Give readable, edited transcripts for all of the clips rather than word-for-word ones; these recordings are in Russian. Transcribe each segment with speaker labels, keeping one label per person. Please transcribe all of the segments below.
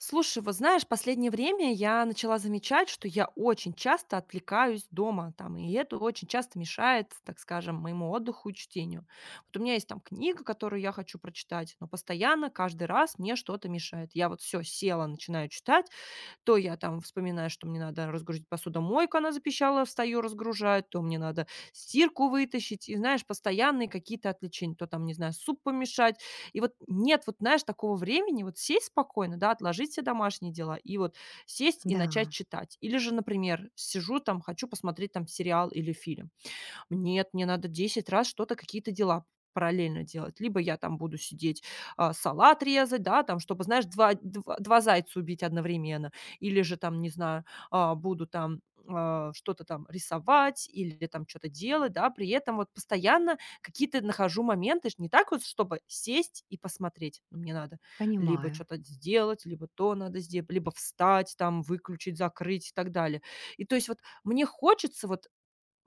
Speaker 1: Слушай, вот знаешь, последнее время я начала замечать, что я очень часто отвлекаюсь дома, там, и это очень часто мешает, так скажем, моему отдыху и чтению. Вот у меня есть там книга, которую я хочу прочитать, но постоянно, каждый раз мне что-то мешает. Я вот все села, начинаю читать, то я там вспоминаю, что мне надо разгрузить посудомойку, она запищала, встаю, разгружаю, то мне надо стирку вытащить. И, знаешь, постоянные какие-то отвлечения. То там, не знаю, суп помешать. И вот нет, вот знаешь, такого времени вот сесть спокойно, да, отложить все домашние дела и вот сесть и
Speaker 2: Да,
Speaker 1: начать читать. Или же, например, сижу там, хочу посмотреть там сериал или фильм. Нет, мне надо 10 раз что-то, какие-то дела параллельно делать. Либо я там буду сидеть, салат резать, да, там, чтобы, знаешь, два 2 зайца убить одновременно. Или же там, не знаю, буду там, что-то там рисовать или там что то делать, да. При этом вот постоянно какие-то нахожу моменты. Ж не так вот, чтобы сесть и посмотреть. Ну, мне надо либо
Speaker 2: понимаю.
Speaker 1: что то сделать, либо то надо сделать, либо встать, там, выключить, закрыть и так далее. И то есть вот мне хочется вот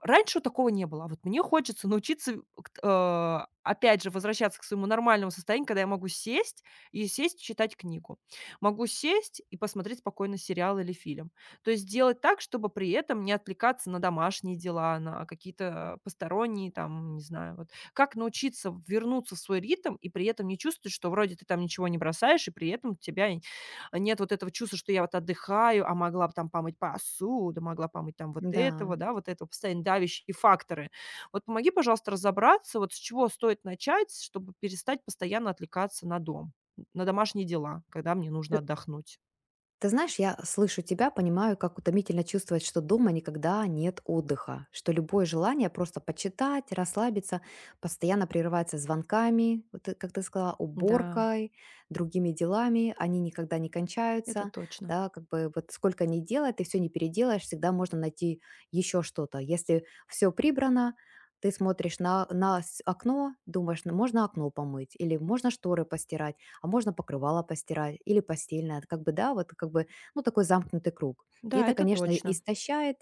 Speaker 1: Раньше такого не было, а вот мне хочется научиться, опять же, возвращаться к своему нормальному состоянию, когда я могу сесть и сесть читать книгу. Могу сесть и посмотреть спокойно сериал или фильм. То есть делать так, чтобы при этом не отвлекаться на домашние дела, на какие-то посторонние там, не знаю, вот. Как научиться вернуться в свой ритм и при этом не чувствовать, что вроде ты там ничего не бросаешь, и при этом тебя нет вот этого чувства, что я вот отдыхаю, а могла бы там помыть посуду, могла помыть там вот
Speaker 2: Да.
Speaker 1: этого, да, вот этого, постоянно давящие факторы. Вот помоги, пожалуйста, разобраться, вот с чего стоит начать, чтобы перестать постоянно отвлекаться на дом, на домашние дела, когда мне
Speaker 2: Ты,
Speaker 1: нужно отдохнуть.
Speaker 2: ты знаешь, я слышу тебя, понимаю, как утомительно чувствовать, что дома никогда нет отдыха, что любое желание просто почитать, расслабиться, постоянно прерывается звонками, вот как ты сказала,
Speaker 1: Да,
Speaker 2: уборкой, другими делами, они никогда не
Speaker 1: это
Speaker 2: кончаются,
Speaker 1: точно.
Speaker 2: да, как бы вот сколько ни делай, ты все не переделаешь, всегда можно найти еще что-то. Если все прибрано, ты смотришь на окно, думаешь: «Ну, можно окно помыть или можно шторы постирать, а можно покрывало постирать или постельное». Как бы, да, вот как бы, ну, такой замкнутый круг. И
Speaker 1: Да,
Speaker 2: это,
Speaker 1: это
Speaker 2: конечно,
Speaker 1: точно.
Speaker 2: истощает,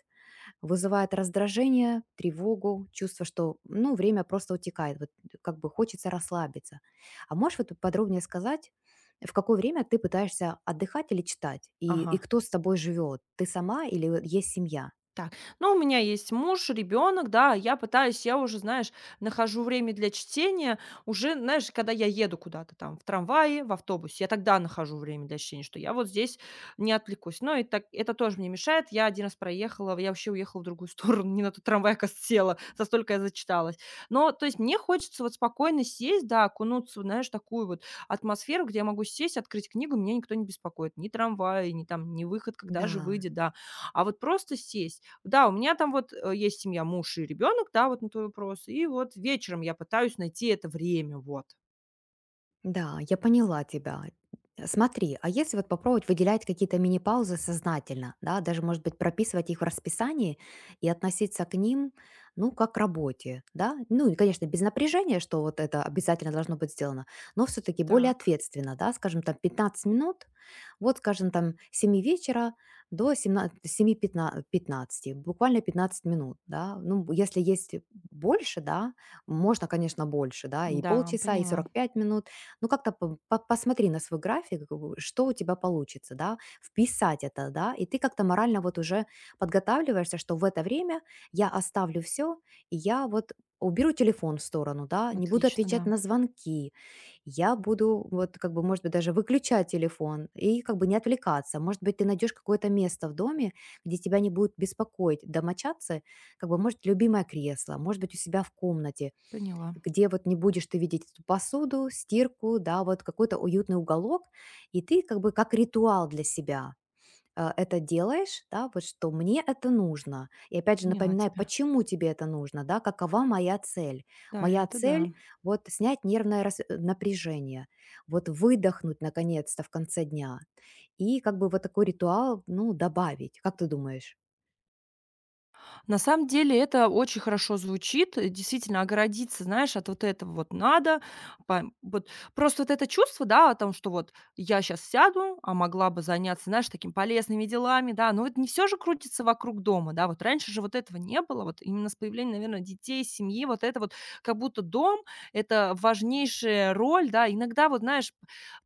Speaker 2: вызывает раздражение, тревогу, чувство, что, ну, время просто утекает, вот как бы хочется расслабиться. А можешь вот подробнее сказать, в какое время ты пытаешься отдыхать или читать? И
Speaker 1: Ага.
Speaker 2: кто с тобой живет? Ты сама или есть семья?
Speaker 1: Так, ну, у меня есть муж, ребенок, да, я пытаюсь, я уже, знаешь, нахожу время для чтения уже, знаешь, когда я еду куда-то там в трамвае, в автобусе, я тогда нахожу время для чтения, что я вот здесь не отвлекусь. Но и так, это тоже мне мешает. Я один раз проехала, я вообще уехала в другую сторону, не на тот трамвай, оказывается, села, за столько я зачиталась. Но, то есть, мне хочется вот спокойно сесть, да, окунуться, в, знаешь, такую вот атмосферу, где я могу сесть, открыть книгу, меня никто не беспокоит, ни трамвай, ни там, ни выход, когда же
Speaker 2: Да.
Speaker 1: выйдет, да, а вот просто сесть. Да, у меня там вот, есть семья, муж и ребенок, да, вот на твой вопрос. И вот вечером я пытаюсь найти это время, вот.
Speaker 2: Да, я поняла тебя. Смотри, а если вот попробовать выделять какие-то мини-паузы сознательно, да, даже, может быть, прописывать их в расписании и относиться к ним, ну, как к работе, да, ну, и, конечно, без напряжения, что вот это обязательно должно быть сделано, но все-таки более
Speaker 1: Так.
Speaker 2: ответственно, да, скажем, там, 15 минут, вот, скажем, там, с семи вечера до семнадцати семи пятнадцати, буквально 15 минут, да, ну, если есть больше, да, можно, конечно, больше, да, и
Speaker 1: Да,
Speaker 2: полчаса, и
Speaker 1: поняла.
Speaker 2: 45 минут, ну как-то посмотри на свой график, как бы, что у тебя получится, да, вписать это, да, и ты как-то морально вот уже подготавливаешься, что в это время я оставлю все, и я вот уберу телефон в сторону, да, не буду
Speaker 1: Отлично,
Speaker 2: отвечать
Speaker 1: да.
Speaker 2: на звонки, я буду вот как бы, может быть, даже выключать телефон и как бы не отвлекаться. Может быть, ты найдешь какое-то место в доме, где тебя не будут беспокоить домочадцы, как бы, может, любимое кресло, может быть, у себя в комнате,
Speaker 1: Поняла.
Speaker 2: где вот не будешь ты видеть эту посуду, стирку, да, вот какой-то уютный уголок, и ты как бы как ритуал для себя это делаешь, да, вот что мне это нужно. И опять же
Speaker 1: Поняла
Speaker 2: напоминай,
Speaker 1: тебя.
Speaker 2: почему тебе это нужно, да, какова моя цель.
Speaker 1: Да,
Speaker 2: Моя
Speaker 1: это да.
Speaker 2: цель вот снять нервное напряжение, вот выдохнуть наконец-то в конце дня и как бы вот такой ритуал, ну, добавить. Как ты думаешь?
Speaker 1: На самом деле это очень хорошо звучит. Действительно, огородиться, знаешь, от вот этого вот надо. Вот просто вот это чувство, да, о том, что вот я сейчас сяду, а могла бы заняться, знаешь, такими полезными делами, да. Но вот не все же крутится вокруг дома, да. Вот раньше же вот этого не было. Вот именно с появлением, наверное, детей, семьи, вот это вот как будто дом — это важнейшая роль, да. Иногда вот, знаешь,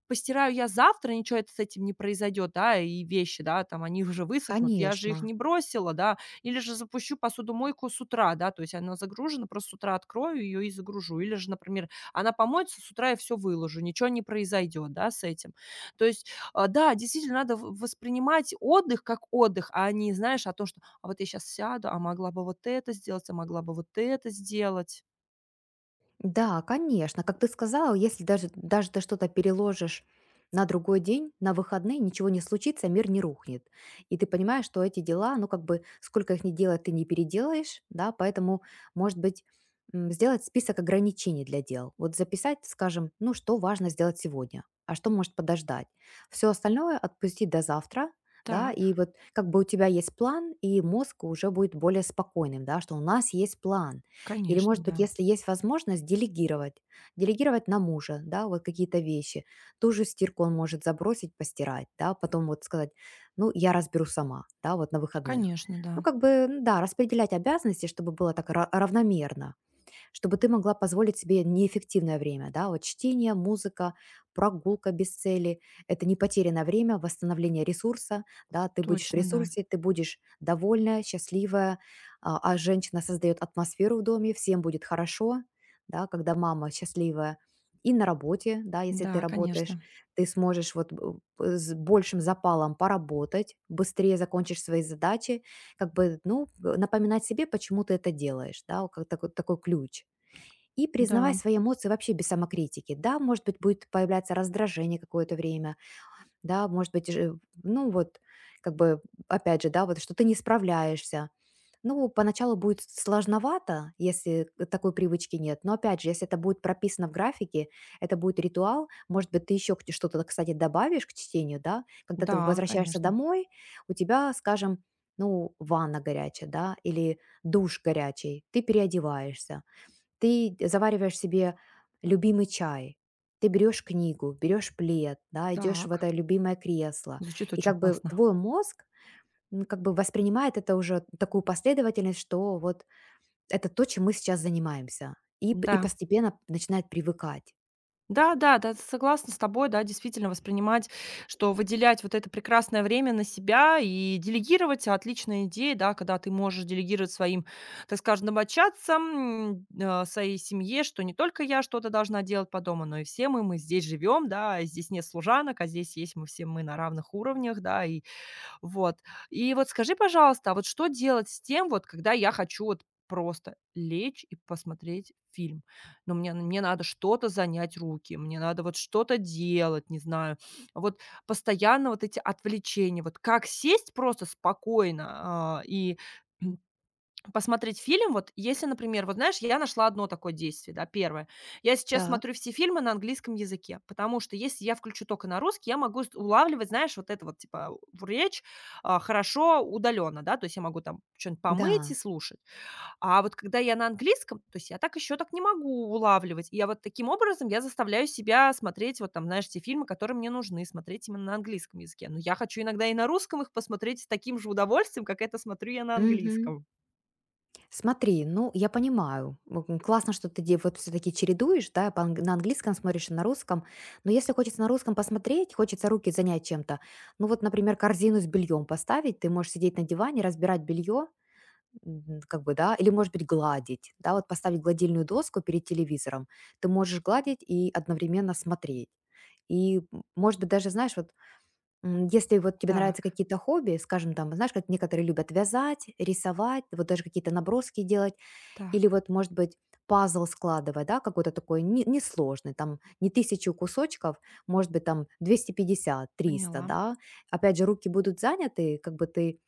Speaker 1: постираю я завтра, ничего это с этим не произойдет, да, и вещи, да, там они уже высохнут, я же их
Speaker 2: Конечно.
Speaker 1: не бросила, да, или же запущу посудомойку с утра, да, то есть она загружена, просто с утра открою ее и загружу. Или же, например, она помоется, с утра я все выложу, ничего не произойдет, да, с этим. То есть, да, действительно, надо в воспринимать отдых как отдых, а не, знаешь, о том, что: "А вот я сейчас сяду, а могла бы вот это сделать, а могла бы вот это сделать".
Speaker 2: Да, конечно. Как ты сказала, если даже, даже ты что-то переложишь на другой день, на выходные, ничего не случится, мир не рухнет. И ты понимаешь, что эти дела, ну как бы сколько их не делать, ты не переделаешь, да, поэтому, может быть, сделать список ограничений для дел. Вот записать, скажем, ну что важно сделать сегодня, а что может подождать. Все остальное отпустить до завтра, да,
Speaker 1: Так,
Speaker 2: и вот как бы у тебя есть план, и мозг уже будет более спокойным, да, что у нас есть план, или,
Speaker 1: конечно,
Speaker 2: может быть,
Speaker 1: да.
Speaker 2: если есть возможность, делегировать. Делегировать на мужа, да, вот какие-то вещи. Ту же стирку он может забросить, постирать, да, потом вот сказать: «Ну, я разберу сама», да, вот на выходных.
Speaker 1: Конечно,
Speaker 2: Ну,
Speaker 1: да.
Speaker 2: как бы, да, распределять обязанности, чтобы было так равномерно, чтобы ты могла позволить себе неэффективное время, да, вот чтение, музыка, прогулка без цели, это не потерянное время, восстановление ресурса, да, ты будешь в
Speaker 1: Точно, да.
Speaker 2: ресурсе, ты будешь довольная, счастливая, а женщина создает атмосферу в доме, всем будет хорошо, да, когда мама счастливая, и на работе, да, если ты
Speaker 1: Да,
Speaker 2: работаешь,
Speaker 1: конечно.
Speaker 2: ты сможешь вот с большим запалом поработать, быстрее закончишь свои задачи, как бы, ну, напоминать себе, почему ты это делаешь, да, вот как такой, такой ключ. И признавай
Speaker 1: Да,
Speaker 2: свои эмоции вообще без самокритики. Да, может быть, будет появляться раздражение какое-то время, да, может быть, же, ну вот, как бы, опять же, да, вот что ты не справляешься. Ну, поначалу будет сложновато, если такой привычки нет, но опять же, если это будет прописано в графике, это будет ритуал, может быть, ты еще что-то, кстати, добавишь к чтению, да, когда ты
Speaker 1: да,
Speaker 2: возвращаешься
Speaker 1: конечно.
Speaker 2: домой, у тебя, скажем, ну, ванна горячая, да, или душ горячий, ты переодеваешься, ты завариваешь себе любимый чай, ты берешь книгу, берешь плед, да, идешь в это
Speaker 1: Так,
Speaker 2: любимое кресло.
Speaker 1: звучит
Speaker 2: И
Speaker 1: очень
Speaker 2: как бы
Speaker 1: классно.
Speaker 2: твой мозг, ну, как бы воспринимает это уже такую последовательность, что вот это то, чем мы сейчас занимаемся. И
Speaker 1: Да.
Speaker 2: постепенно начинает привыкать.
Speaker 1: Да, да, да, согласна с тобой, да, действительно воспринимать, что выделять вот это прекрасное время на себя и делегировать — отличная идея, да, когда ты можешь делегировать своим, так скажем, домочадцам, своей семье, что не только я что-то должна делать по дому, но и все мы здесь живем, да, и здесь нет служанок, а здесь есть мы все мы на равных уровнях, да, и вот. И вот скажи, пожалуйста, а вот что делать с тем, вот когда я хочу вот просто лечь и посмотреть фильм? Но мне надо что-то занять руки, мне надо вот что-то делать, не знаю. Вот постоянно вот эти отвлечения. Вот как сесть просто спокойно, а, и посмотреть фильм, вот если, например, вот знаешь, я нашла одно такое действие, да, первое. Я сейчас
Speaker 2: Так.
Speaker 1: смотрю все фильмы на английском языке, потому что если я включу только на русский, я могу улавливать, знаешь, вот это вот, типа, в речь хорошо удаленно, да, то есть я могу там что-нибудь помыть и
Speaker 2: Да.
Speaker 1: слушать. А вот когда я на английском, то есть я так еще так не могу улавливать. И я вот таким образом я заставляю себя смотреть вот там, знаешь, те фильмы, которые мне нужны, смотреть именно на английском языке. Но я хочу иногда и на русском их посмотреть с таким же удовольствием, как это смотрю я на английском.
Speaker 2: Смотри, ну, я понимаю. Классно, что ты вот все-таки чередуешь, да, по на английском смотришь и на русском. Но если хочется на русском посмотреть, хочется руки занять чем-то, ну вот, например, корзину с бельем поставить, ты можешь сидеть на диване, разбирать белье, как бы, да, или, может быть, гладить, да, вот поставить гладильную доску перед телевизором. Ты можешь гладить и одновременно смотреть. И, может быть, даже, знаешь, вот если вот тебе нравятся
Speaker 1: Так.
Speaker 2: какие-то хобби, скажем, там, знаешь, как некоторые любят вязать, рисовать, вот даже какие-то наброски делать, или
Speaker 1: Так,
Speaker 2: вот, может быть, пазл складывать, да, какой-то такой несложный, там, не тысячу кусочков, может быть, там, 250, 300,
Speaker 1: поняла.
Speaker 2: да. Опять же, руки будут заняты, как бы ты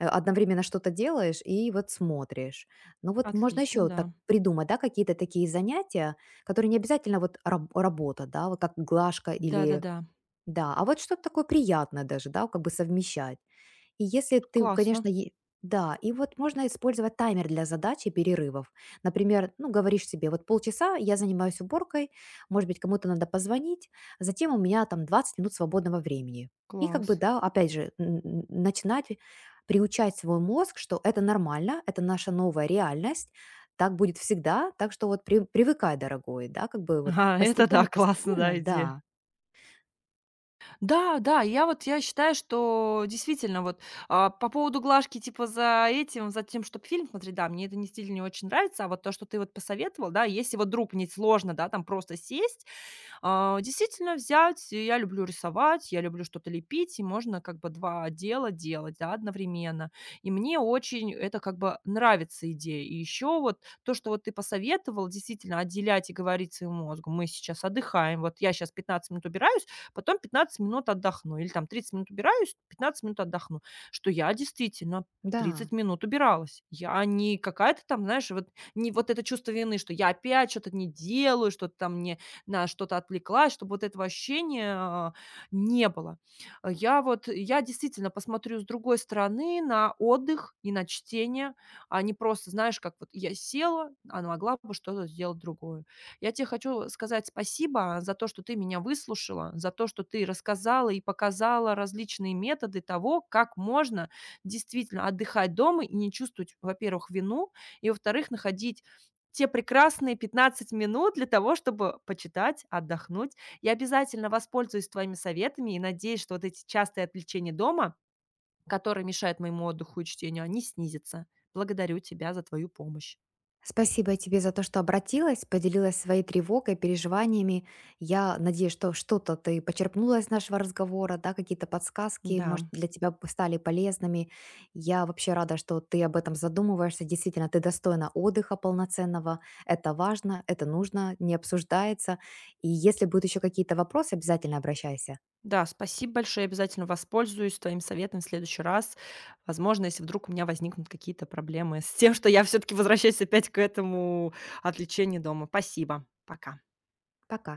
Speaker 2: одновременно что-то делаешь и вот смотришь. Ну вот можно
Speaker 1: Отлично,
Speaker 2: еще так
Speaker 1: да.
Speaker 2: придумать, да, какие-то такие занятия, которые не обязательно вот работа, да, вот как глажка или
Speaker 1: Да-да-да.
Speaker 2: да, а вот что-то такое приятное даже, да, как бы совмещать. И если ты,
Speaker 1: Классно,
Speaker 2: конечно, е да, и вот можно использовать таймер для задач и перерывов. Например, ну, говоришь себе, вот полчаса я занимаюсь уборкой, может быть, кому-то надо позвонить, затем у меня там 20 минут свободного времени. И как бы,
Speaker 1: класс.
Speaker 2: да, опять же, начинать приучать свой мозг, что это нормально, это наша новая реальность, так будет всегда, так что вот привыкай, дорогой, да, как бы вот
Speaker 1: Ага, это да, классно,
Speaker 2: постепенно-постепенно,
Speaker 1: да, идея.
Speaker 2: да,
Speaker 1: Да, да, я считаю, что действительно вот, по поводу глажки типа за этим, за тем, чтобы фильм смотреть, да, мне это не стиль не очень нравится, а вот то, что ты вот посоветовал, да, если вот вдруг мне сложно, да, там просто сесть, а, действительно взять, я люблю рисовать, я люблю что-то лепить, и можно как бы 2 дела делать, да, одновременно. И мне очень это как бы нравится идея. И еще вот то, что вот ты посоветовал, действительно отделять и говорить своему мозгу: "Мы сейчас отдыхаем, вот я сейчас 15 минут убираюсь, потом 15 минут отдохну". Или там 30 минут убираюсь, 15 минут отдохну. Что я действительно
Speaker 2: да.
Speaker 1: 30 минут убиралась. Я не какая-то там, знаешь, вот не вот это чувство вины, что я опять что-то не делаю, что-то там не на что-то отвлеклась, чтобы вот этого ощущения, не было. Я действительно посмотрю с другой стороны на отдых и на чтение, а не просто, знаешь, как вот я села, а могла бы что-то сделать другое. Я тебе хочу сказать спасибо за то, что ты меня выслушала, за то, что ты рассказала и показала различные методы того, как можно действительно отдыхать дома и не чувствовать, во-первых, вину, и, во-вторых, находить те прекрасные 15 минут для того, чтобы почитать, отдохнуть. Я обязательно воспользуюсь твоими советами и надеюсь, что вот эти частые отвлечения дома, которые мешают моему отдыху и чтению, они снизятся. Благодарю тебя за твою помощь.
Speaker 2: Спасибо тебе за то, что обратилась, поделилась своей тревогой, переживаниями. Я надеюсь, что что-то ты почерпнула из нашего разговора, да, какие-то подсказки,
Speaker 1: Да,
Speaker 2: может, для тебя бы стали полезными. Я вообще рада, что ты об этом задумываешься. Действительно, ты достойна отдыха полноценного. Это важно, это нужно, не обсуждается. И если будут еще какие-то вопросы, обязательно обращайся.
Speaker 1: да, спасибо большое. Я обязательно воспользуюсь твоим советом в следующий раз. Возможно, если вдруг у меня возникнут какие-то проблемы с тем, что я все-таки возвращаюсь опять к этому отвлечению дома. Спасибо. Пока.
Speaker 2: Пока.